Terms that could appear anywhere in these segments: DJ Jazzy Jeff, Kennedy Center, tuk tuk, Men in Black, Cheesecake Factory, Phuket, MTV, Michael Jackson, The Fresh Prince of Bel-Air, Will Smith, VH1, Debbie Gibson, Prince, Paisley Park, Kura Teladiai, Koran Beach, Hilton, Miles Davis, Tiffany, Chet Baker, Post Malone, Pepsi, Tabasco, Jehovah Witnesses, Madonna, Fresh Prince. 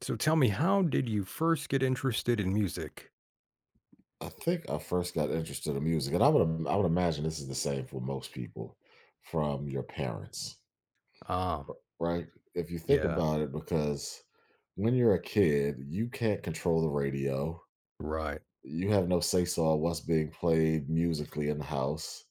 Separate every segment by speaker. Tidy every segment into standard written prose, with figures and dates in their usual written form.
Speaker 1: So tell me, how did you first get interested in music?
Speaker 2: I think I first got interested in music, and I would imagine this is the same for most people from your parents,
Speaker 1: Um,
Speaker 2: right? If you think
Speaker 1: yeah,
Speaker 2: about it, because when you're a kid, you can't control the radio.
Speaker 1: right.
Speaker 2: You have no say so on what's being played musically in the house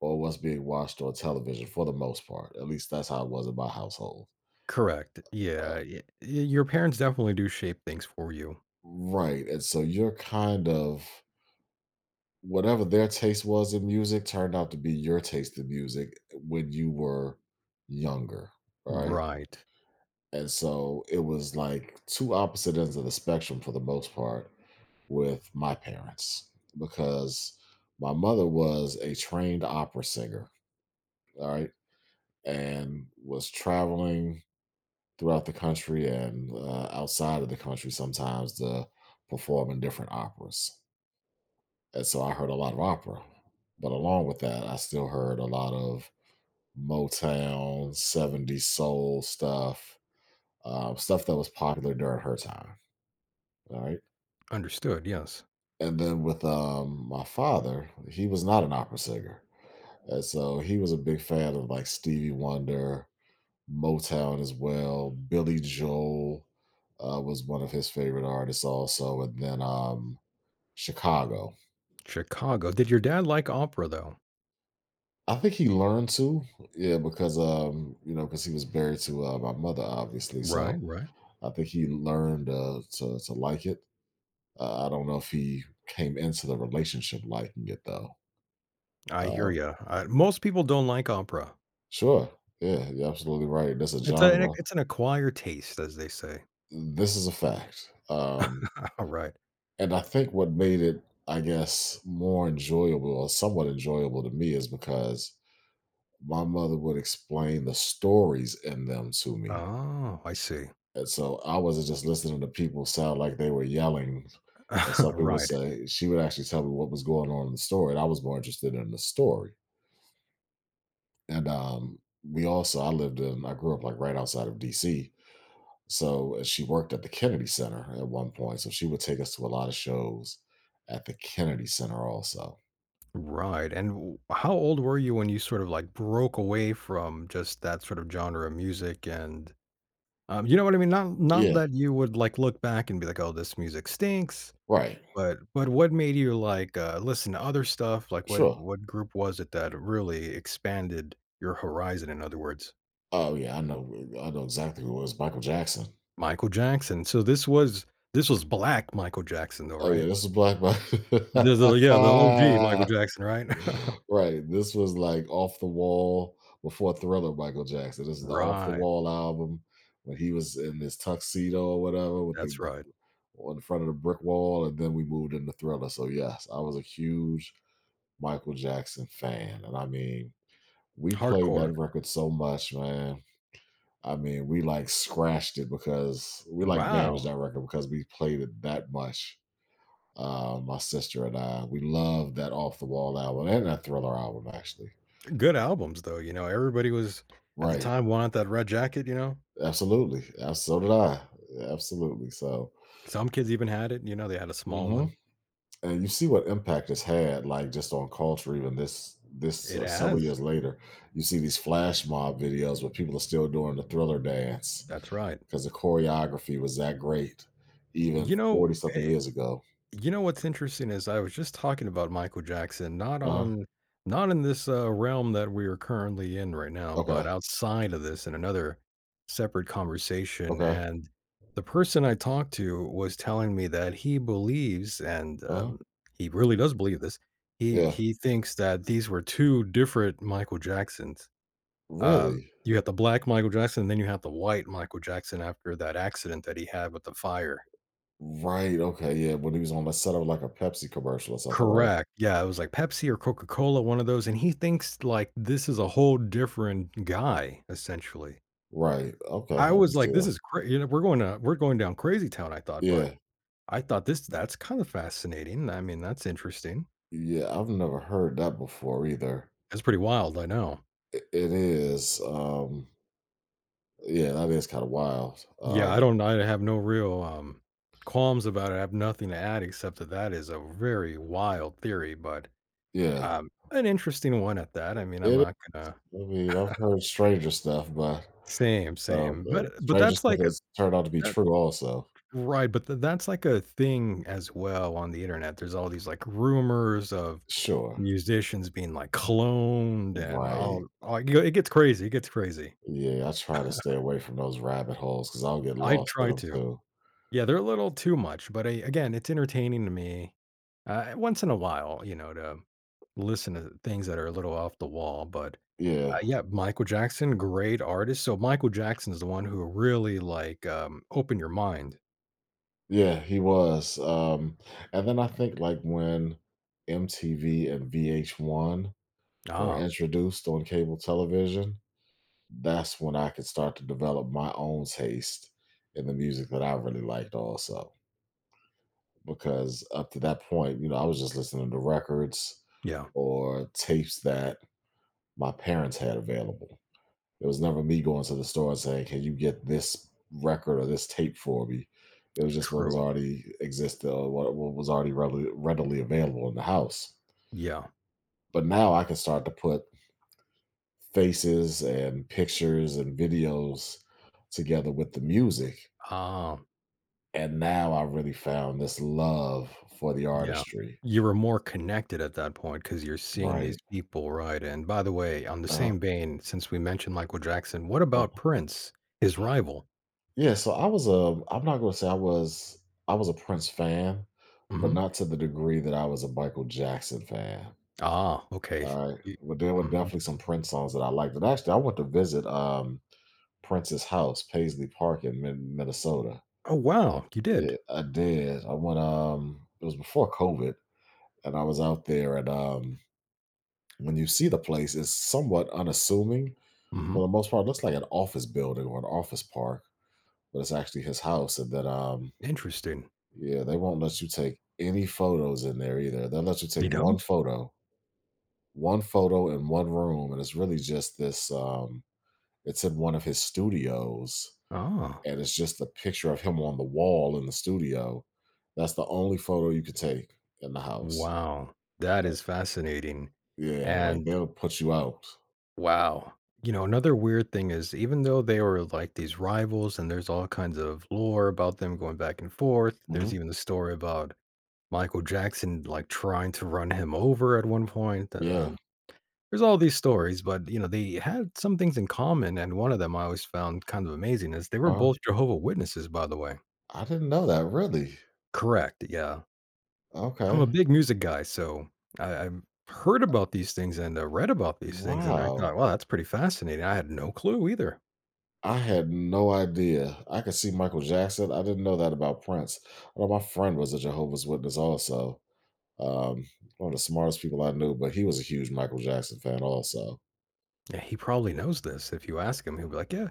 Speaker 2: or what's being watched on television for the most part. At least that's how it was in my household.
Speaker 1: Correct.
Speaker 2: Uh,
Speaker 1: Yeah, your parents definitely do shape things for you.
Speaker 2: right. And so you're kind of whatever their taste was in music turned out to be your taste in music when you were younger, right?
Speaker 1: Right.
Speaker 2: And so it was like two opposite ends of the spectrum for the most part with my parents because my mother was a trained opera singer, all right, and was traveling throughout the country and outside of the country sometimes to perform in different operas. And so I heard a lot of opera. But along with that, I still heard a lot of Motown, 70s soul stuff, stuff that was popular during her time. All right.
Speaker 1: Understood. Yes.
Speaker 2: And then with my father, he was not an opera singer. And so he was a big fan of like Stevie Wonder, Motown as well. Billy Joel was one of his favorite artists also. And then Chicago.
Speaker 1: Chicago. Did your dad like opera though?
Speaker 2: I think he learned to, yeah, because because he was married to my mother, obviously.
Speaker 1: Right,
Speaker 2: So
Speaker 1: right.
Speaker 2: I think he learned to like it. I don't know if he came into the relationship liking it though.
Speaker 1: I hear
Speaker 2: Uh,
Speaker 1: you. Most people don't like opera.
Speaker 2: sure, yeah, you're absolutely right. That's a
Speaker 1: It's a
Speaker 2: genre.
Speaker 1: it's an acquired taste, as they say.
Speaker 2: This is a fact,
Speaker 1: All right.
Speaker 2: and I think what made it, I guess, more enjoyable or somewhat enjoyable to me is because my mother would explain the stories in them to me.
Speaker 1: Oh, I see.
Speaker 2: And so I wasn't just listening to people sound like they were yelling. And some people would
Speaker 1: Right.
Speaker 2: say she would actually tell me what was going on in the story. And I was more interested in the story. And we also I lived in I grew up like right outside of DC. So she worked at the Kennedy Center at one point. So she would take us to a lot of shows at the Kennedy Center also.
Speaker 1: Right, and w how old were you when you sort of, like, broke away from just that sort of genre of music and, you know what I mean? Not
Speaker 2: Yeah,
Speaker 1: that you would, like, look back and be like, "Oh, this music stinks,"
Speaker 2: right.
Speaker 1: but what made you, like, listen to other stuff? Like, what
Speaker 2: Sure.
Speaker 1: what group was it that really expanded your horizon, in other words?
Speaker 2: Oh yeah, I know exactly who it was, Michael Jackson.
Speaker 1: Michael Jackson. So this was black Michael Jackson, though,
Speaker 2: Oh yeah,
Speaker 1: right?
Speaker 2: this is Black Michael.
Speaker 1: The yeah, the OG Michael Jackson, right?
Speaker 2: Right. This was like off the wall before Thriller Michael Jackson. This is the off the
Speaker 1: Right,
Speaker 2: wall album when he was in his tuxedo or whatever with the
Speaker 1: that's right.
Speaker 2: on the front of the brick wall, and then we moved into Thriller. So yes, I was a huge Michael Jackson fan. And I mean, we played that
Speaker 1: Hardcore.
Speaker 2: record so much, man. I mean, we like scratched it because we like damaged
Speaker 1: Wow.
Speaker 2: that record because we played it that much. My sister and I, we loved that off the wall album and that thriller album actually.
Speaker 1: Good albums though, you know, everybody was at the
Speaker 2: Right.
Speaker 1: time wanted that red jacket, you know?
Speaker 2: Absolutely. So did I. Absolutely. So,
Speaker 1: Some kids even had it, you know, they had a small
Speaker 2: hmm,
Speaker 1: one.
Speaker 2: and you see what impact it's had, like just on culture, even this this
Speaker 1: It
Speaker 2: uh, several
Speaker 1: has.
Speaker 2: years later. You see these flash mob videos where people are still doing the thriller dance
Speaker 1: That's right.
Speaker 2: because the choreography was that great, even
Speaker 1: You know,
Speaker 2: 40 something
Speaker 1: i
Speaker 2: years ago.
Speaker 1: You know what's interesting is I was just talking about Michael Jackson,
Speaker 2: Uh huh.
Speaker 1: not in this, realm that we are currently in right now, but
Speaker 2: Okay.
Speaker 1: outside of this in another separate conversation,
Speaker 2: Okay.
Speaker 1: and the person I talked to was telling me that he believes, and,
Speaker 2: Uh huh.
Speaker 1: he really does believe this, he
Speaker 2: Yeah.
Speaker 1: he thinks that these were two different Michael Jacksons. Uh,
Speaker 2: Really.
Speaker 1: you have the black Michael Jackson, and then you have the white Michael Jackson after that accident that he had with the fire.
Speaker 2: Right. Okay. Yeah. When he was on the set of like a Pepsi commercial or something. Right.
Speaker 1: Correct. Yeah, it was like Pepsi or Coca-Cola, one of those, and he thinks, like, this is a whole different guy, essentially.
Speaker 2: Right. Okay.
Speaker 1: I
Speaker 2: I can
Speaker 1: was
Speaker 2: see
Speaker 1: like, "This
Speaker 2: that.
Speaker 1: is cra you know, we're going down crazy town," I thought, but
Speaker 2: Yeah.
Speaker 1: I thought this that's kinda fascinating. I mean, that's interesting.
Speaker 2: Yeah, I've never heard that before either.
Speaker 1: That's pretty wild, I know.
Speaker 2: It is, yeah, that is kind of wild.
Speaker 1: Yeah, I have no real, qualms about it. I have nothing to add except that that is a very wild theory, but,
Speaker 2: Yeah,
Speaker 1: an interesting one at that. I mean, I'm
Speaker 2: it is.
Speaker 1: not gonna.
Speaker 2: I mean, I've heard stranger stuff, but
Speaker 1: Same, same. But
Speaker 2: stranger
Speaker 1: that's
Speaker 2: stuff
Speaker 1: like a
Speaker 2: has turned out to be
Speaker 1: that
Speaker 2: true also.
Speaker 1: Right, but th that's like a thing as well on the internet. There's all these, like, rumors of
Speaker 2: Sure.
Speaker 1: musicians being, like, cloned and
Speaker 2: Right.
Speaker 1: all g it gets crazy, it gets crazy.
Speaker 2: Yeah, I try to stay away from those rabbit holes because I'll get
Speaker 1: I
Speaker 2: lost in
Speaker 1: try
Speaker 2: them
Speaker 1: to.
Speaker 2: too.
Speaker 1: Yeah, they're a little too much, but I again, it's entertaining to me, once in a while, you know, to listen to things that are a little off the wall, but,
Speaker 2: Yeah.
Speaker 1: yeah, Michael Jackson, great artist. So Michael Jackson is the one who really, like, opened your mind.
Speaker 2: Yeah, he was. And then I think like when MTV and VH1 were
Speaker 1: Ah,
Speaker 2: introduced on cable television, that's when I could start to develop my own taste in the music that I really liked also. Because up to that point, you know, I was just listening to records
Speaker 1: yeah,
Speaker 2: or tapes that my parents had available. It was never me going to the store and saying, Can you get this record or this tape for me? It was just what was
Speaker 1: true.
Speaker 2: already existed or what was already readily available in the house.
Speaker 1: Yeah.
Speaker 2: But now I can start to put faces and pictures and videos together with the music.
Speaker 1: Ah.
Speaker 2: And now I really found this love for the
Speaker 1: Yeah.
Speaker 2: artistry,
Speaker 1: You were more connected at that point because 'cause you're seeing these
Speaker 2: right?
Speaker 1: people, right? And by the way, on the
Speaker 2: Uh-huh,
Speaker 1: same vein, since we mentioned Michael Jackson, what about
Speaker 2: uh
Speaker 1: Prince, his rival?
Speaker 2: Yeah, so I was a I'm not gonna say I was a Prince fan, but
Speaker 1: Mhm.
Speaker 2: not to the degree that I was a Michael Jackson fan.
Speaker 1: Ah, okay.
Speaker 2: Alright.
Speaker 1: Y
Speaker 2: But there were
Speaker 1: mhm.
Speaker 2: definitely some Prince songs that I liked. And actually I went to visit Prince's house, Paisley Park in Minnesota.
Speaker 1: Oh, wow, you
Speaker 2: Yeah,
Speaker 1: did?
Speaker 2: I did. I went it was before COVID and I was out there and when you see the place it's somewhat unassuming
Speaker 1: Mhm.
Speaker 2: for the most part, it looks like an office building or an office park, but it's actually his house. And then,
Speaker 1: Interesting.
Speaker 2: yeah, they won't let you take any photos in there either. They'll let you take
Speaker 1: You don't?
Speaker 2: one photo in one room, and it's really just this. It's in one of his studios,
Speaker 1: Oh,
Speaker 2: and it's just a picture of him on the wall in the studio. That's the only photo you could take in the house.
Speaker 1: wow. That
Speaker 2: Uh,
Speaker 1: is fascinating.
Speaker 2: Yeah, like
Speaker 1: And
Speaker 2: they'll put you out.
Speaker 1: wow. You know, another weird thing is even though they were like these rivals and there's all kinds of lore about them going back and forth,
Speaker 2: Hmm.
Speaker 1: there's even the story about Michael Jackson, like, trying to run him over at one point,
Speaker 2: Yeah.
Speaker 1: there's all these stories, but, you know, they had some things in common, and one of them I always found kind of amazing is they were
Speaker 2: Uh,
Speaker 1: both Jehovah Witnesses, by the way.
Speaker 2: I didn't know that. Really?
Speaker 1: Correct, yeah. I'm a
Speaker 2: Okay.
Speaker 1: big music guy, so I've heard about these things and, read about these things, and I thought,
Speaker 2: Wow.
Speaker 1: "Wow, that's pretty fascinating." I had no clue either.
Speaker 2: I had no idea. I could see Michael Jackson. I didn't know that about Prince. Although my friend was a Jehovah's Witness also. Um, One of the smartest people I knew, but he was a huge Michael Jackson fan also.
Speaker 1: Yeah, he probably knows this. If you ask him, he'll be like, "Yeah."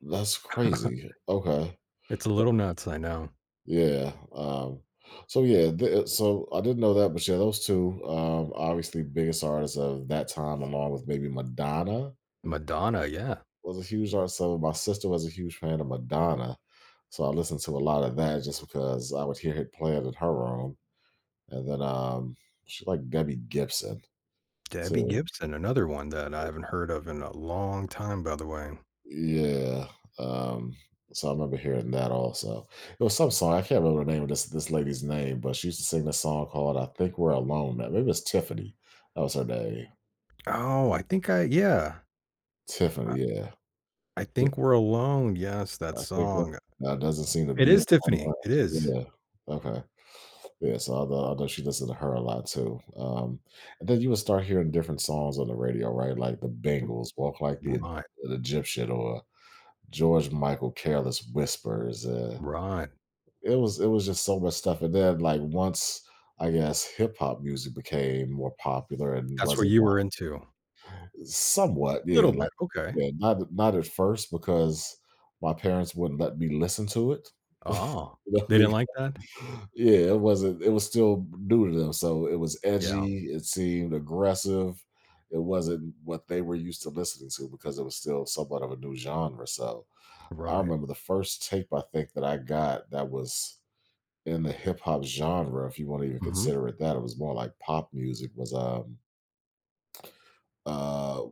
Speaker 2: That's crazy. Okay.
Speaker 1: It's a little nuts, I know.
Speaker 2: Yeah. So yeah, so I didn't know that, but yeah, those two, obviously biggest artists of that time, along with maybe Madonna
Speaker 1: Madonna, yeah.
Speaker 2: was a huge artist. So my sister was a huge fan of Madonna. So I listened to a lot of that just because I would hear it playing in her room. And then, she liked Debbie Gibson
Speaker 1: Debbie
Speaker 2: too.
Speaker 1: Gibson, another one that I haven't heard of in a long time, by the way.
Speaker 2: Yeah, um, so I remember hearing that also. It was some song, I can't remember the name of this lady's name, but she used to sing this song called I Think We're Alone Now. Maybe it's Tiffany. That was her name.
Speaker 1: Oh, I think I yeah. I
Speaker 2: Tiffany, yeah.
Speaker 1: I
Speaker 2: Yeah,
Speaker 1: think we're alone. Yes, that
Speaker 2: I think
Speaker 1: song.
Speaker 2: that doesn't seem to
Speaker 1: It
Speaker 2: be
Speaker 1: is
Speaker 2: it. On
Speaker 1: Tiffany. It
Speaker 2: that.
Speaker 1: is.
Speaker 2: Yeah, okay. Yeah, so I know she listened to her a lot too. And then you would start hearing different songs on the radio, right? Like the Bangles, Walk Like the E
Speaker 1: Right,
Speaker 2: an Egyptian or George Michael Careless Whispers.
Speaker 1: right.
Speaker 2: It was just so much stuff. And then like once I guess hip hop music became more popular and
Speaker 1: That's what
Speaker 2: wasn't
Speaker 1: you
Speaker 2: like,
Speaker 1: were into.
Speaker 2: somewhat yeah
Speaker 1: Little
Speaker 2: like
Speaker 1: bit. Okay.
Speaker 2: yeah not at first because my parents wouldn't let me listen to it.
Speaker 1: Oh,
Speaker 2: You know,
Speaker 1: they didn't
Speaker 2: because-
Speaker 1: like that?
Speaker 2: yeah, it wasn't. It was still new to them, so it was
Speaker 1: Yeah,
Speaker 2: edgy. It seemed aggressive. It wasn't what they were used to listening to because it was still somewhat of a new genre. So I
Speaker 1: right.
Speaker 2: remember the first tape I think that I got that was in the hip hop genre, if you want to even
Speaker 1: Mhm.
Speaker 2: consider it that, it was more like pop music, was uh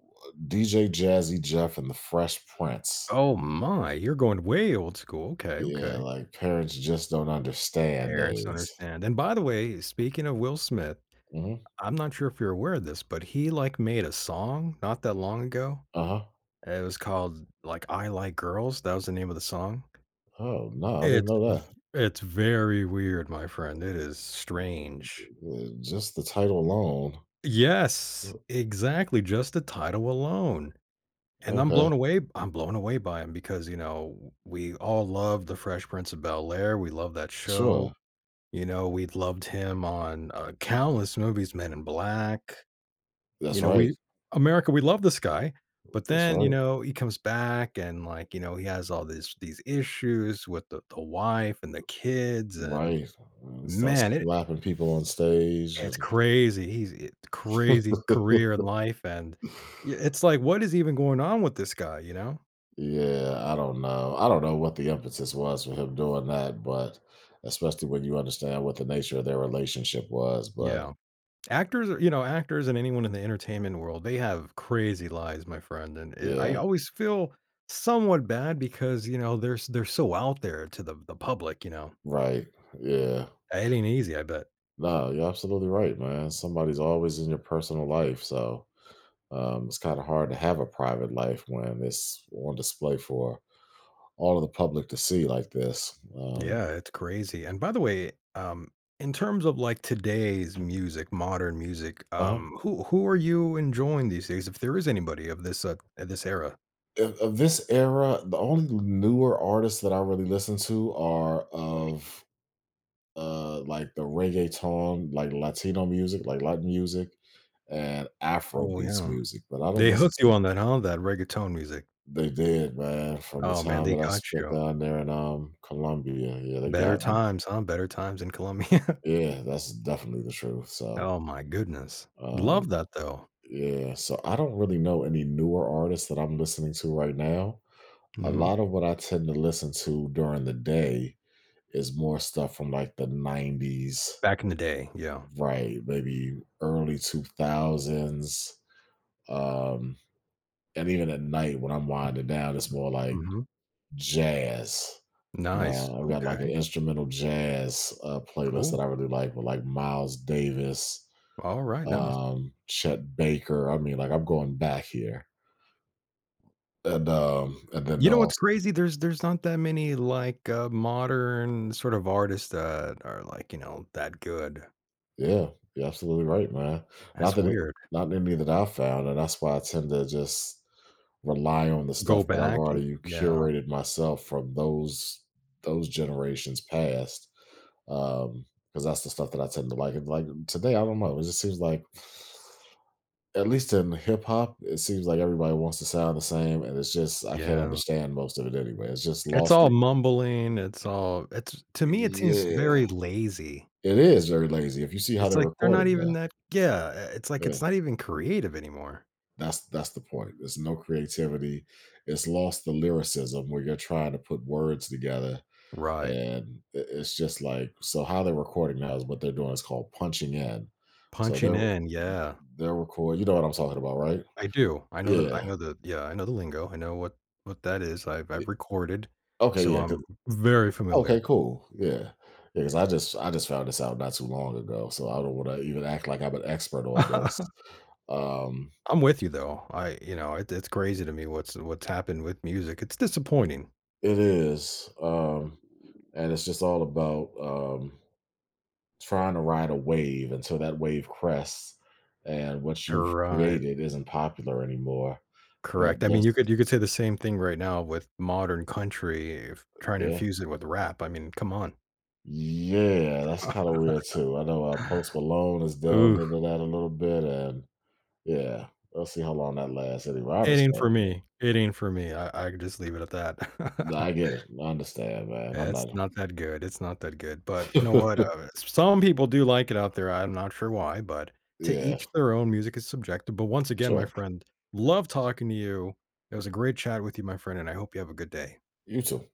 Speaker 2: DJ Jazzy Jeff and the Fresh Prince.
Speaker 1: Oh my, you're going way old school. Okay,
Speaker 2: Yeah,
Speaker 1: okay.
Speaker 2: like parents just don't understand
Speaker 1: Parents don't
Speaker 2: days.
Speaker 1: understand. And by the way, speaking of Will Smith,
Speaker 2: Hmm.
Speaker 1: I'm not sure if you're aware of this, but he, like, made a song not that long ago.
Speaker 2: Uh-huh.
Speaker 1: It was called, like, I Like Girls, that was the name of the song.
Speaker 2: Oh no, I didn't
Speaker 1: It's
Speaker 2: know
Speaker 1: v
Speaker 2: that.
Speaker 1: it's very weird, my friend, it is strange.
Speaker 2: Just the title alone.
Speaker 1: Yes,
Speaker 2: O-
Speaker 1: exactly, just the title alone, and
Speaker 2: Okay,
Speaker 1: I'm blown away by him because, you know, we all love The Fresh Prince of Bel-Air, we love that show,
Speaker 2: sure.
Speaker 1: you know, we loved him on, countless movies, Men in Black. You
Speaker 2: That's
Speaker 1: know,
Speaker 2: right.
Speaker 1: we America, we love this guy, but
Speaker 2: That's
Speaker 1: then, you
Speaker 2: right.
Speaker 1: know, he comes back and, like, you know, he has all these issues with the wife and the kids, and
Speaker 2: Right. And start
Speaker 1: man,
Speaker 2: slapping people on stage
Speaker 1: it's crazy. He's it
Speaker 2: and
Speaker 1: crazy career and life, and yeah, it's like, what is even going on with this guy, you know?
Speaker 2: Yeah, I don't know. I don't know what the impetus was for him doing that, but especially when you understand what the nature of their relationship was. But
Speaker 1: Yeah. Actors are you know, actors and anyone in the entertainment world, they have crazy lives, my friend, and it I
Speaker 2: yeah,
Speaker 1: always feel somewhat bad because, you know, they're s they're so out there to the public, you know?
Speaker 2: right. Yeah.
Speaker 1: It ain't easy, I bet.
Speaker 2: No, you're absolutely right, man. Somebody's always in your personal life. So it's kind of hard to have a private life when it's on display for all of the public to see like this.
Speaker 1: Yeah, it's crazy. And by the way, in terms of like today's music, modern music,
Speaker 2: Uh-huh.
Speaker 1: who are you enjoying these days? If there is anybody of this era.
Speaker 2: Of this era, the only newer artists that I really listen to are of like the reggaeton, like Latino music, like Latin music, and Afro
Speaker 1: Oh
Speaker 2: beats
Speaker 1: yeah,
Speaker 2: music. But I don't
Speaker 1: they
Speaker 2: listen
Speaker 1: hooked you
Speaker 2: to
Speaker 1: on that, huh? That reggaeton music.
Speaker 2: they did, man, from the
Speaker 1: Oh man,
Speaker 2: time
Speaker 1: they
Speaker 2: that I
Speaker 1: got
Speaker 2: spent
Speaker 1: you.
Speaker 2: down there in Colombia. Yeah, they
Speaker 1: Better
Speaker 2: got me.
Speaker 1: times, huh? Better times in Colombia.
Speaker 2: Yeah, that's definitely the truth. So
Speaker 1: Oh my goodness,
Speaker 2: um
Speaker 1: love that though.
Speaker 2: yeah, so I don't really know any newer artists that I'm listening to right now. A
Speaker 1: Mhm.
Speaker 2: lot of what I tend to listen to during the day is more stuff from like the 90s,
Speaker 1: Back in the day, yeah.
Speaker 2: right? Maybe early 2000s. Um, and even at night when I'm winding down, it's more like
Speaker 1: Hmm.
Speaker 2: jazz.
Speaker 1: Nice.
Speaker 2: Now I've got like an
Speaker 1: Okay.
Speaker 2: instrumental jazz playlist
Speaker 1: Cool.
Speaker 2: that I really like with like Miles Davis,
Speaker 1: All right. Nice.
Speaker 2: Chet Baker. I mean, like I'm going back here, and then
Speaker 1: You
Speaker 2: they'll
Speaker 1: know what's
Speaker 2: also,
Speaker 1: crazy? There's not that many, like, modern sort of artists that are, like, you know, that good.
Speaker 2: yeah, you're absolutely right, man. Not
Speaker 1: That's
Speaker 2: that
Speaker 1: weird.
Speaker 2: not any that I found, and that's why I tend to just rely on the
Speaker 1: Go
Speaker 2: stuff that I've
Speaker 1: back and
Speaker 2: already
Speaker 1: yeah,
Speaker 2: curated myself from those generations past, um because that's the stuff that I tend to like, and, like, today, I don't know, it just seems like at least in hip hop, it seems like everybody wants to sound the same, and it's just I can't
Speaker 1: yeah.
Speaker 2: understand most of it anyway, it's just
Speaker 1: It's
Speaker 2: lost
Speaker 1: all
Speaker 2: the
Speaker 1: mumbling, it's to me, it seems
Speaker 2: Yeah.
Speaker 1: very lazy.
Speaker 2: It is very lazy, if you see how
Speaker 1: It's
Speaker 2: they're
Speaker 1: like they're not
Speaker 2: recording
Speaker 1: even
Speaker 2: now,
Speaker 1: that yeah, I it's like
Speaker 2: yeah,
Speaker 1: it's not even creative anymore.
Speaker 2: that's the point, there's no creativity, it's lost the lyricism where you're trying to put words together.
Speaker 1: Right.
Speaker 2: And I it's just like so how they're recording now is what they're doing is called punching in. So
Speaker 1: Punching in, yeah.
Speaker 2: they're record you know what I'm talking about, right?
Speaker 1: I do. I
Speaker 2: Yeah.
Speaker 1: know the yeah, I know the lingo. I know what that is.
Speaker 2: Y
Speaker 1: I've recorded,
Speaker 2: okay,
Speaker 1: so
Speaker 2: yeah, 'cau
Speaker 1: I'm very familiar.
Speaker 2: okay, cool, yeah. Because I just found this out not too long ago, so I don't wanna even act like I'm an expert on this. Um,
Speaker 1: I'm with you though. I, you know, it's crazy to me what's happened with music. It's disappointing.
Speaker 2: it is, and it's just all about, trying to ride a wave until that wave crests and what you've
Speaker 1: Right.
Speaker 2: created isn't popular anymore, but
Speaker 1: Correct. I mean,
Speaker 2: this
Speaker 1: you could say the same thing right now with modern country, if trying to
Speaker 2: Yeah.
Speaker 1: infuse it with rap. I mean, come on.
Speaker 2: Yeah, that's kind of weird too. I know, Post Malone has delved
Speaker 1: Ooh,
Speaker 2: into that a little bit, and yeah, we'll see how long that lasts anyway. I
Speaker 1: it ain't for
Speaker 2: understand, man.
Speaker 1: me. It ain't for me. I could just leave it at
Speaker 2: No, I
Speaker 1: that.
Speaker 2: get it. I understand, man. I'm
Speaker 1: Yeah, it's
Speaker 2: not
Speaker 1: not that good, it's not that good, but you know what, some people do like it out there, I'm not sure why, but to
Speaker 2: Yeah,
Speaker 1: each their own, music is subjective, but once again, my
Speaker 2: sure.
Speaker 1: friend, love talking to you, it was a great chat with you, my friend, and I hope you have a good day.
Speaker 2: You too.